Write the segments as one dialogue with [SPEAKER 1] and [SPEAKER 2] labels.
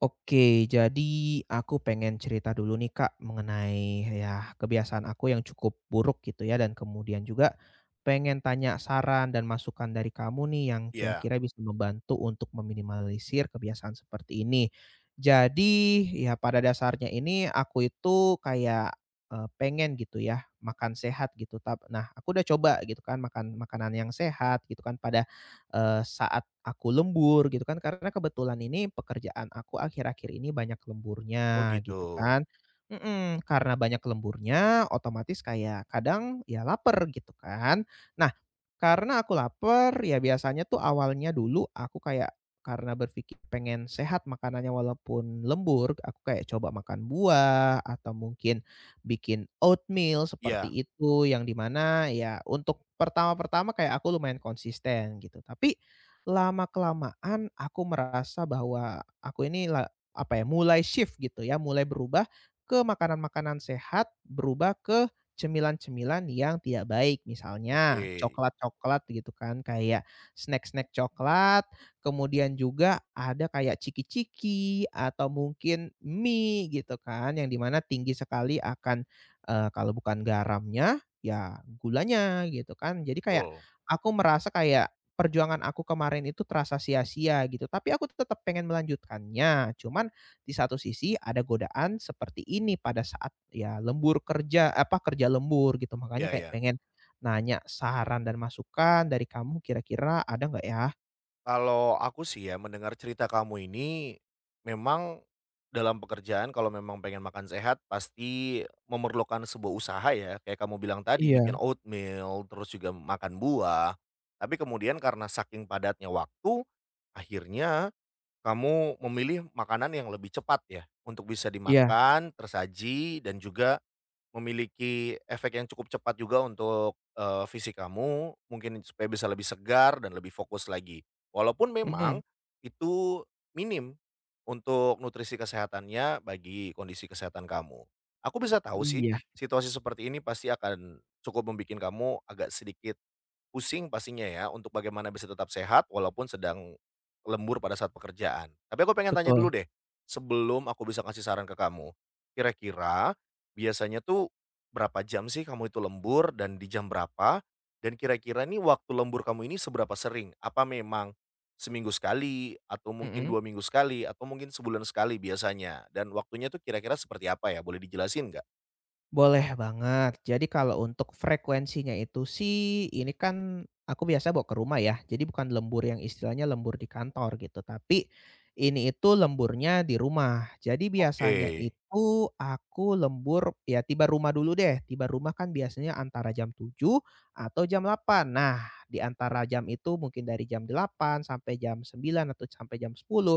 [SPEAKER 1] Oke, jadi aku pengen cerita dulu nih Kak mengenai ya kebiasaan aku yang cukup buruk gitu ya, dan kemudian juga pengen tanya saran dan masukan dari kamu nih yang
[SPEAKER 2] Iya.
[SPEAKER 1] kira-kira bisa membantu untuk meminimalisir kebiasaan seperti ini. Jadi ya pada dasarnya ini aku itu kayak pengen gitu ya makan sehat gitu. Nah, aku udah coba gitu kan makan makanan yang sehat gitu kan pada saat aku lembur gitu kan, karena kebetulan ini pekerjaan aku akhir-akhir ini banyak
[SPEAKER 2] Oh
[SPEAKER 1] lemburnya
[SPEAKER 2] gitu.
[SPEAKER 1] gitu kan. Mhm, karena banyak lemburnya otomatis kayak kadang ya lapar gitu kan. Nah, karena aku lapar ya biasanya tuh awalnya dulu aku kayak karena berpikir pengen sehat makanannya walaupun lembur, aku kayak coba makan buah atau mungkin bikin oatmeal
[SPEAKER 2] Iya,
[SPEAKER 1] seperti itu, yang dimana ya untuk pertama-pertama kayak aku lumayan konsisten gitu. Tapi lama-kelamaan aku merasa bahwa aku ini apa ya, mulai shift gitu ya, mulai berubah ke makanan-makanan sehat, berubah ke cemilan-cemilan yang tidak baik.
[SPEAKER 2] oke,
[SPEAKER 1] Misalnya coklat-coklat gitu kan, kayak snack-snack coklat. Kemudian juga ada kayak ciki-ciki atau mungkin mie gitu kan, yang di mana tinggi sekali akan, kalau bukan garamnya, ya gulanya gitu kan. Jadi kayak
[SPEAKER 2] betul.
[SPEAKER 1] aku merasa kayak perjuangan aku kemarin itu terasa sia-sia gitu, tapi aku tetap pengen melanjutkannya. Cuman di satu sisi ada godaan seperti ini pada saat ya lembur kerja apa, kerja lembur gitu. Makanya
[SPEAKER 2] Iya,
[SPEAKER 1] kayak
[SPEAKER 2] iya.
[SPEAKER 1] pengen nanya saran dan masukan dari kamu kira-kira ada nggak ya?
[SPEAKER 2] Kalau aku sih, ya, mendengar cerita kamu ini, memang dalam pekerjaan kalau memang pengen makan sehat pasti memerlukan sebuah usaha ya, kayak kamu bilang tadi bikin
[SPEAKER 1] Iya.
[SPEAKER 2] oatmeal, terus juga makan buah. Tapi kemudian karena saking padatnya waktu, akhirnya kamu memilih makanan yang lebih cepat ya, untuk bisa
[SPEAKER 1] Iya,
[SPEAKER 2] dimakan, tersaji, dan juga memiliki efek yang cukup cepat juga untuk, fisik kamu, mungkin supaya bisa lebih segar dan lebih fokus lagi. Walaupun memang
[SPEAKER 1] mhm,
[SPEAKER 2] itu minim untuk nutrisi kesehatannya bagi kondisi kesehatan kamu. Aku bisa tahu sih,
[SPEAKER 1] iya,
[SPEAKER 2] situasi seperti ini pasti akan cukup membuat kamu agak sedikit pusing pastinya ya, untuk bagaimana bisa tetap sehat walaupun sedang lembur pada saat pekerjaan. Tapi aku pengen tanya dulu
[SPEAKER 1] betul,
[SPEAKER 2] deh, sebelum aku bisa kasih saran ke kamu. Kira-kira biasanya tuh berapa jam sih kamu itu lembur dan di jam berapa? Dan kira-kira nih, waktu lembur kamu ini seberapa sering? Apa memang seminggu sekali atau mungkin
[SPEAKER 1] mhm.
[SPEAKER 2] 2 minggu sekali atau mungkin sebulan sekali biasanya? Dan waktunya tuh kira-kira seperti apa ya? Boleh dijelasin nggak?
[SPEAKER 1] Boleh banget. Jadi kalau untuk frekuensinya itu sih, ini kan aku biasa bawa ke rumah ya. Jadi bukan lembur yang istilahnya lembur di kantor gitu, tapi ini itu lemburnya di rumah. Jadi biasanya
[SPEAKER 2] Oke,
[SPEAKER 1] itu aku lembur ya tiba rumah dulu deh. Tiba rumah kan biasanya antara jam 7 atau jam 8. Nah, di antara jam itu mungkin dari jam 8 sampai jam 9 atau sampai jam 10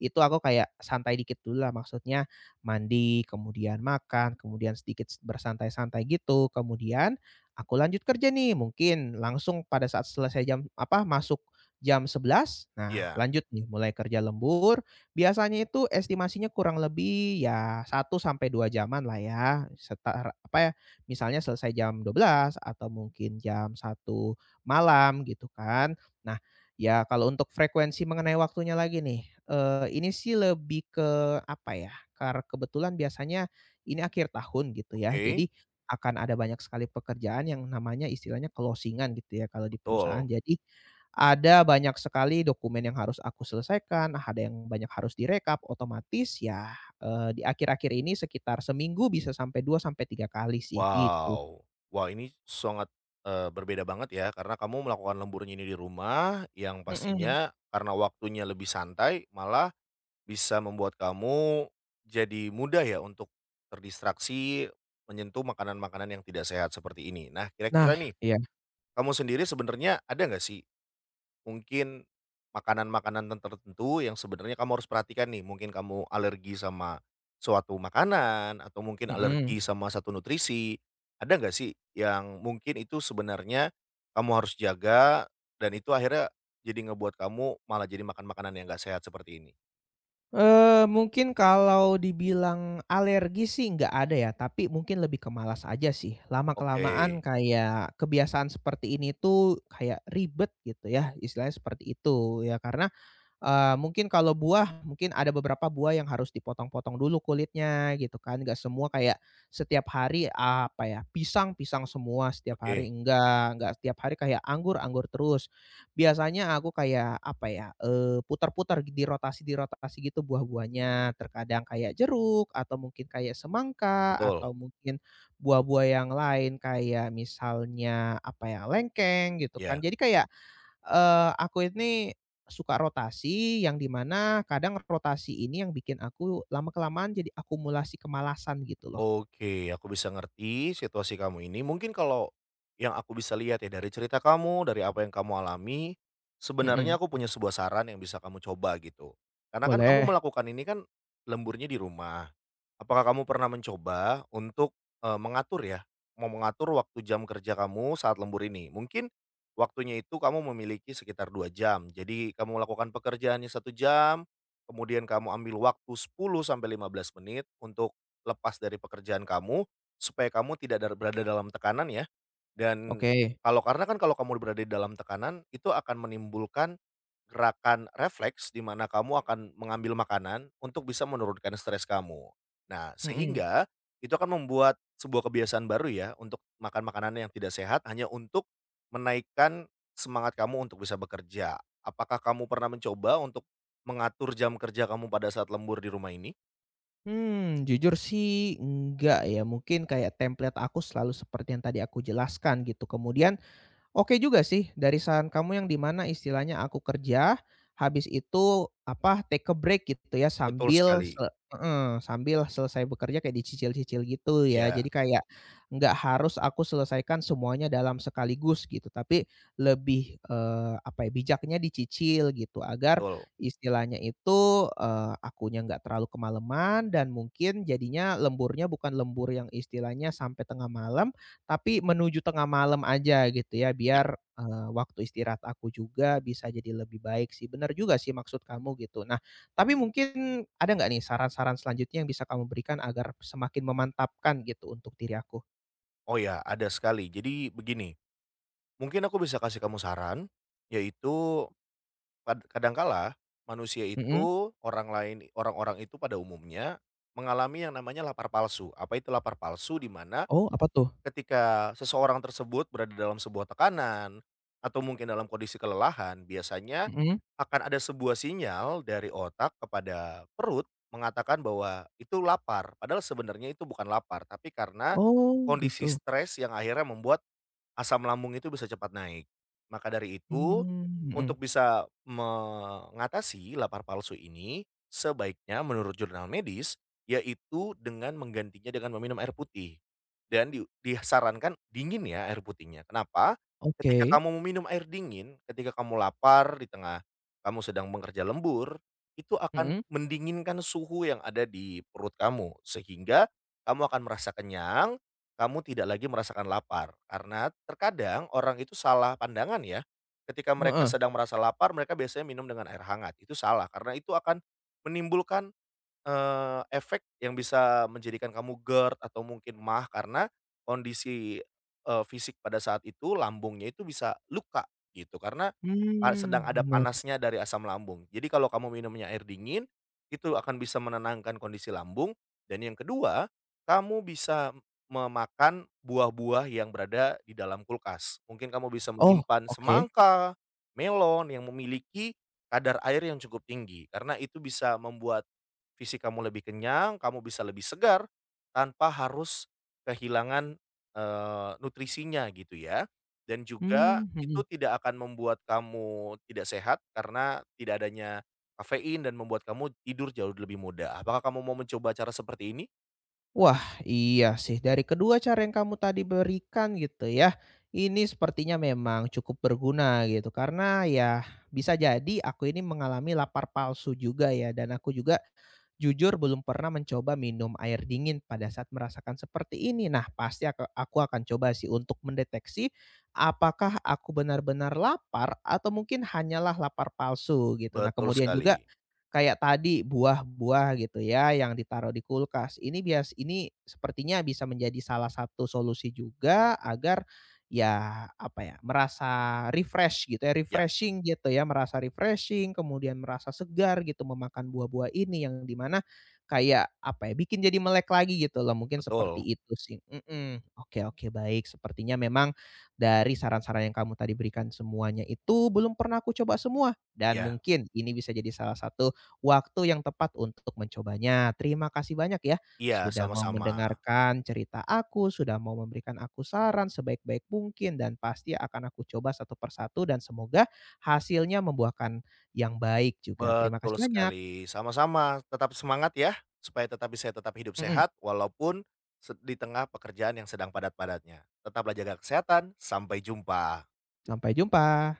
[SPEAKER 1] itu aku kayak santai dikit dulu lah, maksudnya mandi, kemudian makan, kemudian sedikit bersantai-santai gitu, kemudian aku lanjut kerja nih, mungkin langsung pada saat selesai jam apa, masuk jam sebelas nah
[SPEAKER 2] iya,
[SPEAKER 1] lanjut nih mulai kerja lembur, biasanya itu estimasinya kurang lebih ya satu sampai 2 jaman lah ya, setara apa ya, misalnya selesai jam dua belas atau mungkin jam satu malam gitu kan. Nah, ya kalau untuk frekuensi mengenai waktunya lagi nih, ini sih lebih ke apa ya, karena kebetulan biasanya ini akhir tahun gitu ya,
[SPEAKER 2] oke,
[SPEAKER 1] jadi akan ada banyak sekali pekerjaan yang namanya istilahnya closing gitu ya kalau di perusahaan.
[SPEAKER 2] betul.
[SPEAKER 1] Jadi ada banyak sekali dokumen yang harus aku selesaikan, ada yang banyak harus direkap, otomatis ya, di akhir-akhir ini sekitar seminggu bisa sampai 2 sampai 3 kali sih gitu.
[SPEAKER 2] Wow. Wah, ini sangat, berbeda banget ya, karena kamu melakukan lemburnya ini di rumah, yang
[SPEAKER 1] Mhm.
[SPEAKER 2] pastinya karena waktunya lebih santai, malah bisa membuat kamu jadi mudah ya untuk terdistraksi, menyentuh makanan-makanan yang tidak sehat seperti ini. Nah,
[SPEAKER 1] Nah,
[SPEAKER 2] kira-kira nih,
[SPEAKER 1] iya,
[SPEAKER 2] kamu sendiri sebenarnya ada nggak sih mungkin makanan-makanan tertentu yang sebenarnya kamu harus perhatikan nih, mungkin kamu alergi sama suatu makanan atau mungkin
[SPEAKER 1] mhm.
[SPEAKER 2] alergi sama satu nutrisi. Ada nggak sih yang mungkin itu sebenarnya kamu harus jaga dan itu akhirnya jadi ngebuat kamu malah jadi makan makanan yang nggak sehat seperti ini?
[SPEAKER 1] Mungkin kalau dibilang alergi sih nggak ada ya, tapi mungkin lebih ke malas aja sih.
[SPEAKER 2] Oke,
[SPEAKER 1] Lama-kelamaan kayak kebiasaan seperti ini tuh kayak ribet gitu ya, istilahnya seperti itu. Ya karena mungkin kalau buah, mungkin ada beberapa buah yang harus dipotong-potong dulu kulitnya gitu kan, nggak semua kayak setiap hari, apa ya, pisang, pisang semua setiap hari,
[SPEAKER 2] oke,
[SPEAKER 1] enggak setiap hari kayak anggur, anggur terus. Biasanya aku kayak, apa ya, putar-putar di rotasi gitu buah-buahnya, terkadang kayak jeruk atau mungkin kayak semangka
[SPEAKER 2] betul,
[SPEAKER 1] atau mungkin buah-buah yang lain kayak misalnya, apa ya, lengkeng gitu kan.
[SPEAKER 2] ya.
[SPEAKER 1] Jadi kayak aku ini suka rotasi yang dimana kadang rotasi ini yang bikin aku lama-kelamaan jadi akumulasi kemalasan gitu loh.
[SPEAKER 2] Oke, aku bisa ngerti situasi kamu ini. Mungkin kalau yang aku bisa lihat ya dari cerita kamu, dari apa yang kamu alami,
[SPEAKER 1] Mhm.
[SPEAKER 2] sebenarnya aku punya sebuah saran yang bisa kamu coba gitu. Karena kan kamu
[SPEAKER 1] Boleh?
[SPEAKER 2] melakukan ini kan lemburnya di rumah. Apakah kamu pernah mencoba untuk mengatur ya, mau mengatur waktu jam kerja kamu saat lembur ini? Mungkin waktunya itu kamu memiliki sekitar dua jam. Jadi kamu melakukan pekerjaannya satu jam, kemudian kamu ambil waktu 10 sampai 15 menit untuk lepas dari pekerjaan kamu, supaya kamu tidak berada dalam tekanan ya, dan
[SPEAKER 1] Oke.
[SPEAKER 2] kalau, karena kan, kalau kamu berada di dalam tekanan, itu akan menimbulkan gerakan refleks di mana kamu akan mengambil makanan untuk bisa menurunkan stres kamu. Nah,
[SPEAKER 1] Mhm.
[SPEAKER 2] sehingga itu akan membuat sebuah kebiasaan baru ya, untuk makan makanan yang tidak sehat hanya untuk menaikkan semangat kamu untuk bisa bekerja. Apakah kamu pernah mencoba untuk mengatur jam kerja kamu pada saat lembur di rumah ini?
[SPEAKER 1] Mmm, jujur sih enggak ya, mungkin kayak template aku selalu seperti yang tadi aku jelaskan gitu. Kemudian oke juga sih dari saran kamu yang dimana istilahnya aku kerja, habis itu, apa, take a break gitu ya
[SPEAKER 2] Betul
[SPEAKER 1] sambil
[SPEAKER 2] sekali,
[SPEAKER 1] se heeh, sambil selesai bekerja kayak dicicil-cicil gitu ya.
[SPEAKER 2] ya.
[SPEAKER 1] Jadi kayak nggak harus aku selesaikan semuanya dalam sekaligus gitu, tapi lebih, apa ya, bijaknya dicicil gitu agar
[SPEAKER 2] Betul.
[SPEAKER 1] istilahnya itu, akunya nggak terlalu kemalaman dan mungkin jadinya lemburnya bukan lembur yang istilahnya sampai tengah malam, tapi menuju tengah malam aja gitu ya
[SPEAKER 2] Ya.
[SPEAKER 1] biar, waktu istirahat aku juga bisa jadi lebih baik sih. Bener juga sih maksud kamu gitu. Nah, tapi mungkin ada nggak nih saran-saran selanjutnya yang bisa kamu berikan agar semakin memantapkan gitu untuk diri aku?
[SPEAKER 2] Oh ya, ada sekali. Jadi begini, mungkin aku bisa kasih kamu saran, yaitu kadangkala manusia
[SPEAKER 1] Mhm.
[SPEAKER 2] itu, orang-orang itu pada umumnya mengalami yang namanya lapar palsu. Apa itu lapar palsu? Di mana
[SPEAKER 1] Oh apa tuh?
[SPEAKER 2] ketika seseorang tersebut berada dalam sebuah tekanan atau mungkin dalam kondisi kelelahan, biasanya
[SPEAKER 1] Mhm.
[SPEAKER 2] akan ada sebuah sinyal dari otak kepada perut mengatakan bahwa itu lapar, padahal sebenarnya itu bukan lapar, tapi karena
[SPEAKER 1] Oh
[SPEAKER 2] kondisi
[SPEAKER 1] gitu.
[SPEAKER 2] stres yang akhirnya membuat asam lambung itu bisa cepat naik. Maka dari itu,
[SPEAKER 1] Mmm, mhm.
[SPEAKER 2] untuk bisa mengatasi lapar palsu ini, sebaiknya menurut jurnal medis, yaitu dengan menggantinya dengan meminum air putih. Dan disarankan dingin ya air putihnya. Kenapa? Ketika
[SPEAKER 1] Oke.
[SPEAKER 2] kamu meminum air dingin, ketika kamu lapar di tengah kamu sedang bekerja lembur, itu akan
[SPEAKER 1] Mhm.
[SPEAKER 2] mendinginkan suhu yang ada di perut kamu, sehingga kamu akan merasa kenyang, kamu tidak lagi merasakan lapar, karena terkadang orang itu salah pandangan ya, ketika mereka
[SPEAKER 1] Heeh.
[SPEAKER 2] sedang merasa lapar mereka biasanya minum dengan air hangat, itu salah karena itu akan menimbulkan, efek yang bisa menjadikan kamu GERD atau mungkin MAH karena kondisi, fisik pada saat itu lambungnya itu bisa luka gitu karena,
[SPEAKER 1] Mmm,
[SPEAKER 2] sedang ada
[SPEAKER 1] bener.
[SPEAKER 2] panasnya dari asam lambung. Jadi kalau kamu minumnya air dingin, itu akan bisa menenangkan kondisi lambung. Dan yang kedua, kamu bisa memakan buah-buah yang berada di dalam kulkas. Mungkin kamu bisa
[SPEAKER 1] Oh,
[SPEAKER 2] menyimpan
[SPEAKER 1] oke.
[SPEAKER 2] semangka, melon yang memiliki kadar air yang cukup tinggi karena itu bisa membuat visi kamu lebih kenyang, kamu bisa lebih segar tanpa harus kehilangan, nutrisinya gitu ya. Dan juga
[SPEAKER 1] Mmm,
[SPEAKER 2] itu
[SPEAKER 1] mhm.
[SPEAKER 2] tidak akan membuat kamu tidak sehat karena tidak adanya kafein dan membuat kamu tidur jauh lebih mudah. Apakah kamu mau mencoba cara seperti ini?
[SPEAKER 1] Wah, iya sih. Dari kedua cara yang kamu tadi berikan gitu ya, ini sepertinya memang cukup berguna gitu. Karena ya bisa jadi aku ini mengalami lapar palsu juga ya. Dan aku juga jujur belum pernah mencoba minum air dingin pada saat merasakan seperti ini. Nah, pasti aku akan coba sih untuk mendeteksi apakah aku benar-benar lapar atau mungkin hanyalah lapar palsu gitu. Nah,
[SPEAKER 2] Betul
[SPEAKER 1] kemudian juga
[SPEAKER 2] sekali.
[SPEAKER 1] kayak tadi buah-buah gitu ya yang ditaruh di kulkas. Ini sepertinya bisa menjadi salah satu solusi juga agar ya apa ya, merasa refresh gitu ya,
[SPEAKER 2] Ya,
[SPEAKER 1] refreshing gitu ya, merasa refreshing, kemudian merasa segar gitu memakan buah-buah ini yang di mana kayak apa ya, bikin jadi melek lagi gitu loh, mungkin seperti
[SPEAKER 2] betul.
[SPEAKER 1] itu sih. Mhm, oke oke baik, sepertinya memang dari saran-saran yang kamu tadi berikan semuanya itu belum pernah aku coba semua dan
[SPEAKER 2] Ya,
[SPEAKER 1] mungkin ini bisa jadi salah satu waktu yang tepat untuk mencobanya. Terima kasih banyak ya,
[SPEAKER 2] iya,
[SPEAKER 1] sudah mau
[SPEAKER 2] sama-sama.
[SPEAKER 1] mendengarkan cerita aku, sudah mau memberikan aku saran sebaik-baik mungkin, dan pasti akan aku coba satu persatu dan semoga hasilnya membuahkan yang baik juga. Terima
[SPEAKER 2] Betul
[SPEAKER 1] kasih banyak.
[SPEAKER 2] sekali, sama-sama, tetap semangat ya, supaya tetap bisa tetap hidup
[SPEAKER 1] Mhm,
[SPEAKER 2] sehat walaupun di tengah pekerjaan yang sedang padat-padatnya. Tetaplah jaga kesehatan, sampai jumpa.
[SPEAKER 1] sampai jumpa.